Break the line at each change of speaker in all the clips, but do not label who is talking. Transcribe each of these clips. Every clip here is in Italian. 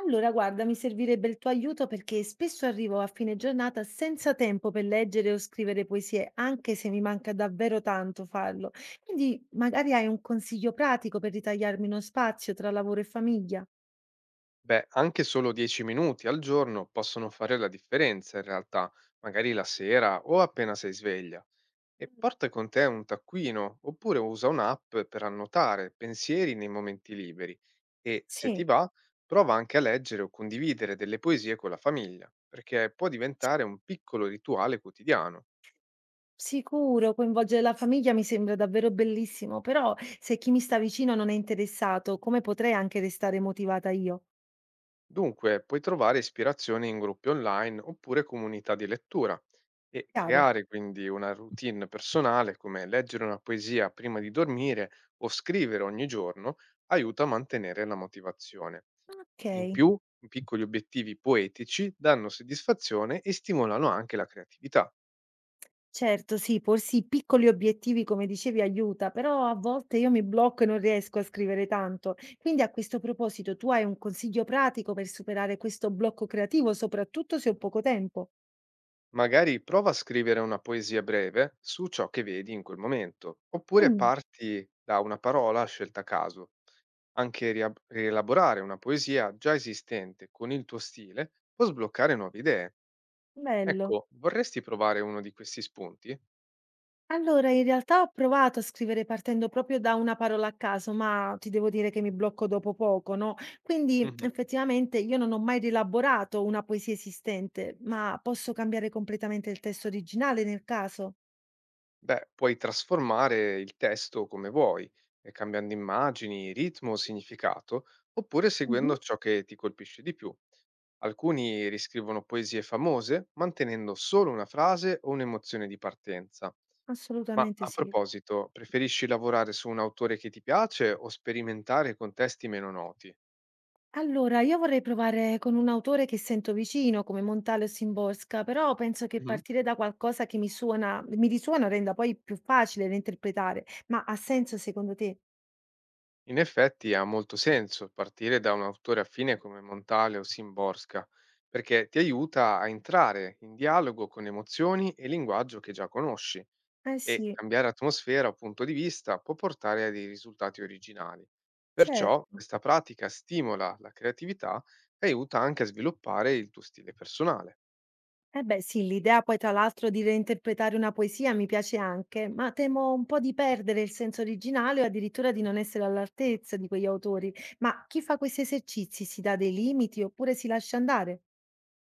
Allora, guarda, mi servirebbe il tuo aiuto perché spesso arrivo a fine giornata senza tempo per leggere o scrivere poesie, anche se mi manca davvero tanto farlo. Quindi magari hai un consiglio pratico per ritagliarmi uno spazio tra lavoro e famiglia?
Beh, anche solo 10 minuti al giorno possono fare la differenza in realtà, magari la sera o appena sei sveglia. E porta con te un taccuino oppure usa un'app per annotare pensieri nei momenti liberi. E se ti
Sì,
va, prova anche a leggere o condividere delle poesie con la famiglia, perché può diventare un piccolo rituale quotidiano.
sicuro, coinvolgere la famiglia mi sembra davvero bellissimo, però se chi mi sta vicino non è interessato, come potrei anche restare motivata io?
Dunque, puoi trovare ispirazione in gruppi online oppure comunità di lettura. E
Chiaro?
creare quindi una routine personale come leggere una poesia prima di dormire o scrivere ogni giorno aiuta a mantenere la motivazione.
Ok.
In più, i piccoli obiettivi poetici danno soddisfazione e stimolano anche la creatività.
Certo, sì, porsi piccoli obiettivi, come dicevi, aiuta, però a volte io mi blocco e non riesco a scrivere tanto. Quindi a questo proposito, tu hai un consiglio pratico per superare questo blocco creativo, soprattutto se ho poco tempo?
Magari prova a scrivere una poesia breve su ciò che vedi in quel momento, oppure
Mm,
parti da una parola scelta a caso. Anche rielaborare una poesia già esistente con il tuo stile può sbloccare nuove idee.
bello.
Ecco, vorresti provare uno di questi spunti?
Allora, in realtà ho provato a scrivere partendo proprio da una parola a caso, ma ti devo dire che mi blocco dopo poco, no? Quindi
Mhm.
effettivamente io non ho mai rielaborato una poesia esistente, ma posso cambiare completamente il testo originale nel caso?
Beh, puoi trasformare il testo come vuoi, cambiando immagini, ritmo o significato, oppure seguendo ciò che ti colpisce di più. Alcuni riscrivono poesie famose mantenendo solo una frase o un'emozione di partenza. Ma
Assolutamente
a
sì.
proposito, preferisci lavorare su un autore che ti piace o sperimentare con testi meno noti?
Allora, io vorrei provare con un autore che sento vicino, come Montale o Simborska, però penso che
Mhm.
partire da qualcosa che mi suona, mi risuona renda poi più facile da interpretare. Ma ha senso secondo te?
In effetti ha molto senso partire da un autore affine come Montale o Simborska, perché ti aiuta a entrare in dialogo con emozioni e linguaggio che già conosci
Eh
e
sì,
cambiare atmosfera o punto di vista può portare a dei risultati originali. Perciò
certo.
questa pratica stimola la creatività e aiuta anche a sviluppare il tuo stile personale.
Eh beh, sì, l'idea poi tra l'altro di reinterpretare una poesia mi piace anche, ma temo un po' di perdere il senso originale o addirittura di non essere all'altezza di quegli autori. Ma chi fa questi esercizi si dà dei limiti oppure si lascia andare?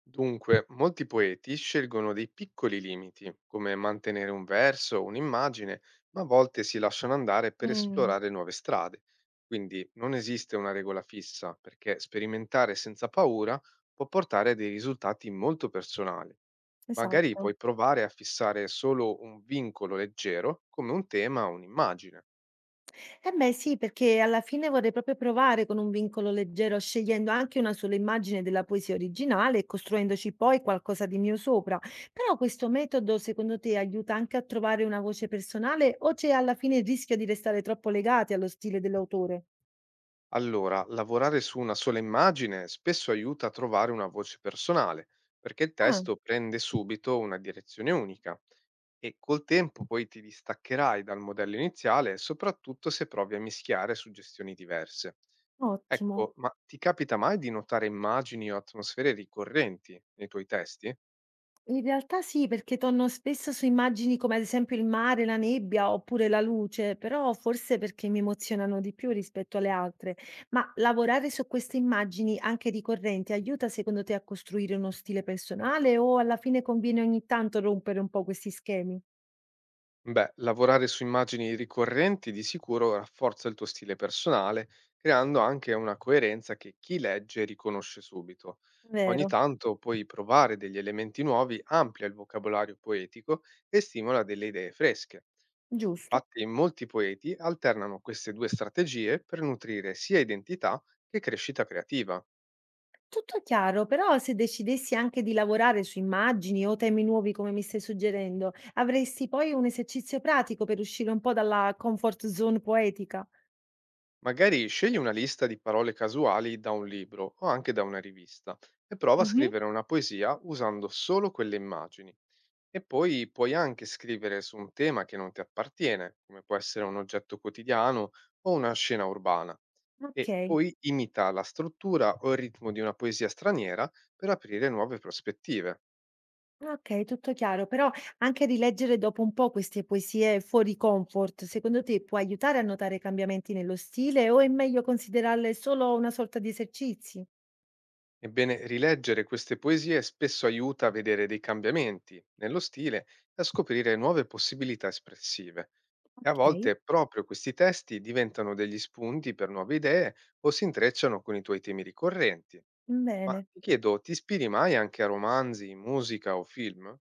Dunque, molti poeti scelgono dei piccoli limiti, come mantenere un verso o un'immagine, ma a volte si lasciano andare per
Mm,
esplorare nuove strade. Quindi non esiste una regola fissa, perché sperimentare senza paura può portare a dei risultati molto personali. Magari
esatto.
puoi provare a fissare solo un vincolo leggero, come un tema o un'immagine.
Eh beh sì, perché alla fine vorrei proprio provare con un vincolo leggero, scegliendo anche una sola immagine della poesia originale e costruendoci poi qualcosa di mio sopra. Però questo metodo, secondo te, aiuta anche a trovare una voce personale o c'è alla fine il rischio di restare troppo legati allo stile dell'autore?
Allora, lavorare su una sola immagine spesso aiuta a trovare una voce personale, perché il
Ah,
testo prende subito una direzione unica e col tempo poi ti distaccherai dal modello iniziale, soprattutto se provi a mischiare suggestioni diverse.
ottimo.
Ecco, ma ti capita mai di notare immagini o atmosfere ricorrenti nei tuoi testi?
In realtà sì, perché torno spesso su immagini come ad esempio il mare, la nebbia oppure la luce, però forse perché mi emozionano di più rispetto alle altre. Ma lavorare su queste immagini anche ricorrenti aiuta secondo te a costruire uno stile personale o alla fine conviene ogni tanto rompere un po' questi schemi?
Beh, lavorare su immagini ricorrenti di sicuro rafforza il tuo stile personale, creando anche una coerenza che chi legge riconosce subito. Ogni
Vero,
tanto puoi provare degli elementi nuovi, amplia il vocabolario poetico e stimola delle idee fresche.
giusto.
Infatti, molti poeti alternano queste due strategie per nutrire sia identità che crescita creativa.
Tutto chiaro, però se decidessi anche di lavorare su immagini o temi nuovi come mi stai suggerendo, avresti poi un esercizio pratico per uscire un po' dalla comfort zone poetica?
Magari scegli una lista di parole casuali da un libro o anche da una rivista e prova a
Mh-mh.
scrivere una poesia usando solo quelle immagini. E poi puoi anche scrivere su un tema che non ti appartiene, come può essere un oggetto quotidiano o una scena urbana. E
Okay,
poi imita la struttura o il ritmo di una poesia straniera per aprire nuove prospettive.
okay, tutto chiaro. Però anche rileggere dopo un po' queste poesie fuori comfort, secondo te può aiutare a notare cambiamenti nello stile o è meglio considerarle solo una sorta di esercizi?
Ebbene, rileggere queste poesie spesso aiuta a vedere dei cambiamenti nello stile e a scoprire nuove possibilità espressive. E a
Okay,
volte proprio questi testi diventano degli spunti per nuove idee o si intrecciano con i tuoi temi ricorrenti. Ma
bene.
ti chiedo, ti ispiri mai anche a romanzi, musica o film?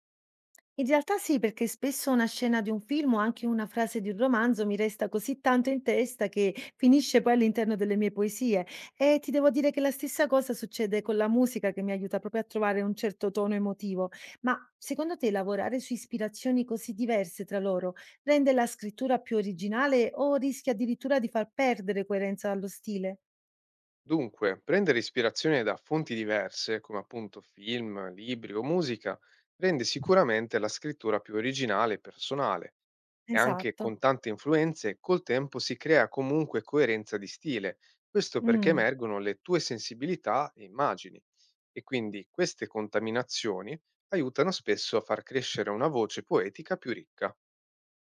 In realtà sì, perché spesso una scena di un film o anche una frase di un romanzo mi resta così tanto in testa che finisce poi all'interno delle mie poesie. E ti devo dire che la stessa cosa succede con la musica che mi aiuta proprio a trovare un certo tono emotivo. Ma secondo te lavorare su ispirazioni così diverse tra loro rende la scrittura più originale o rischia addirittura di far perdere coerenza allo stile?
Dunque, prendere ispirazione da fonti diverse, come appunto film, libri o musica, rende sicuramente la scrittura più originale e personale. E anche
Esatto.
con tante influenze, col tempo si crea comunque coerenza di stile, questo perché
Mm.
emergono le tue sensibilità e immagini. E quindi queste contaminazioni aiutano spesso a far crescere una voce poetica più ricca.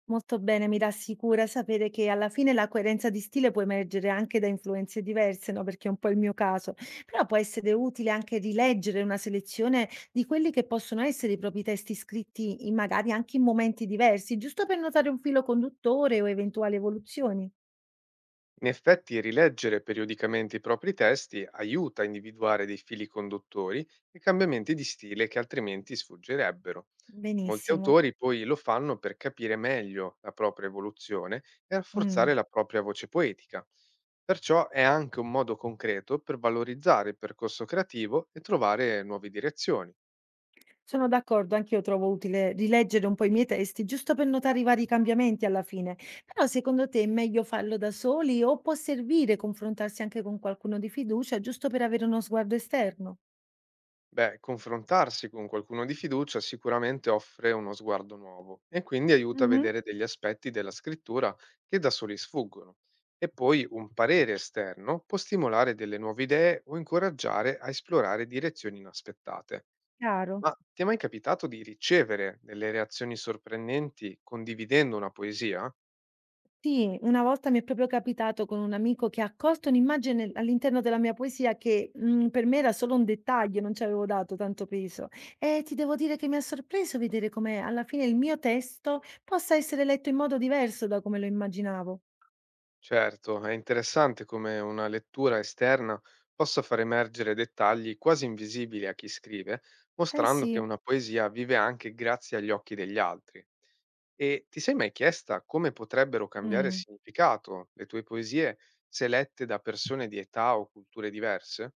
Molto bene, mi rassicura sapere che alla fine la coerenza di stile può emergere anche da influenze diverse, no? Perché è un po' il mio caso, però può essere utile anche rileggere una selezione di quelli che possono essere i propri testi scritti, in- magari anche in momenti diversi, giusto per notare un filo conduttore o eventuali evoluzioni.
In effetti, rileggere periodicamente i propri testi aiuta a individuare dei fili conduttori e cambiamenti di stile che altrimenti sfuggirebbero. Molti
Benissimo.
autori poi lo fanno per capire meglio la propria evoluzione e
Mm.
rafforzare la propria voce poetica. Perciò è anche un modo concreto per valorizzare il percorso creativo e trovare nuove direzioni.
Sono d'accordo, anch'io trovo utile rileggere un po' i miei testi, giusto per notare i vari cambiamenti alla fine. Però secondo te è meglio farlo da soli o può servire confrontarsi anche con qualcuno di fiducia, giusto per avere uno sguardo esterno?
Beh, confrontarsi con qualcuno di fiducia sicuramente offre uno sguardo nuovo e quindi aiuta a
Mhm.
vedere degli aspetti della scrittura che da soli sfuggono. E poi un parere esterno può stimolare delle nuove idee o incoraggiare a esplorare direzioni inaspettate.
Chiaro.
Ma ti è mai capitato di ricevere delle reazioni sorprendenti condividendo una poesia?
Sì, una volta mi è proprio capitato con un amico che ha colto un'immagine all'interno della mia poesia che per me era solo un dettaglio, non ci avevo dato tanto peso. E ti devo dire che mi ha sorpreso vedere come alla fine il mio testo possa essere letto in modo diverso da come lo immaginavo.
Certo, è interessante come una lettura esterna possa far emergere dettagli quasi invisibili a chi scrive,
Eh
mostrando che
sì,
una poesia vive anche grazie agli occhi degli altri. E ti sei mai chiesta come potrebbero cambiare
mh.
significato le tue poesie se lette da persone di età o culture diverse?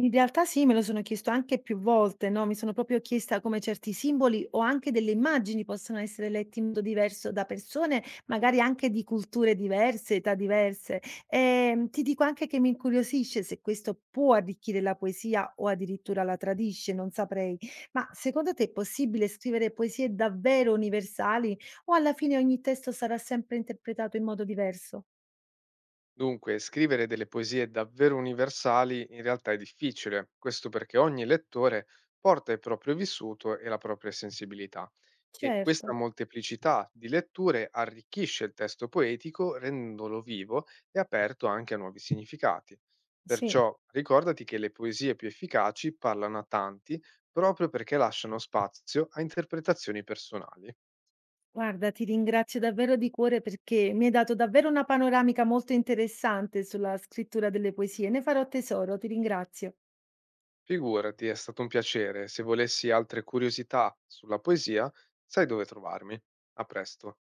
In realtà sì, me lo sono chiesto anche più volte, no, mi sono proprio chiesta come certi simboli o anche delle immagini possono essere letti in modo diverso da persone, magari anche di culture diverse, età diverse. Ti dico anche che mi incuriosisce se questo può arricchire la poesia o addirittura la tradisce, non saprei. Ma secondo te è possibile scrivere poesie davvero universali o alla fine ogni testo sarà sempre interpretato in modo diverso?
Dunque, scrivere delle poesie davvero universali in realtà è difficile, questo perché ogni lettore porta il proprio vissuto e la propria sensibilità e questa
Certo.
molteplicità di letture arricchisce il testo poetico rendendolo vivo e aperto anche a nuovi significati.
Sì,
Perciò ricordati che le poesie più efficaci parlano a tanti proprio perché lasciano spazio a interpretazioni personali.
guarda, ti ringrazio davvero di cuore perché mi hai dato davvero una panoramica molto interessante sulla scrittura delle poesie. Ne farò tesoro, ti ringrazio.
Figurati, è stato un piacere. Se volessi altre curiosità sulla poesia, sai dove trovarmi. A presto.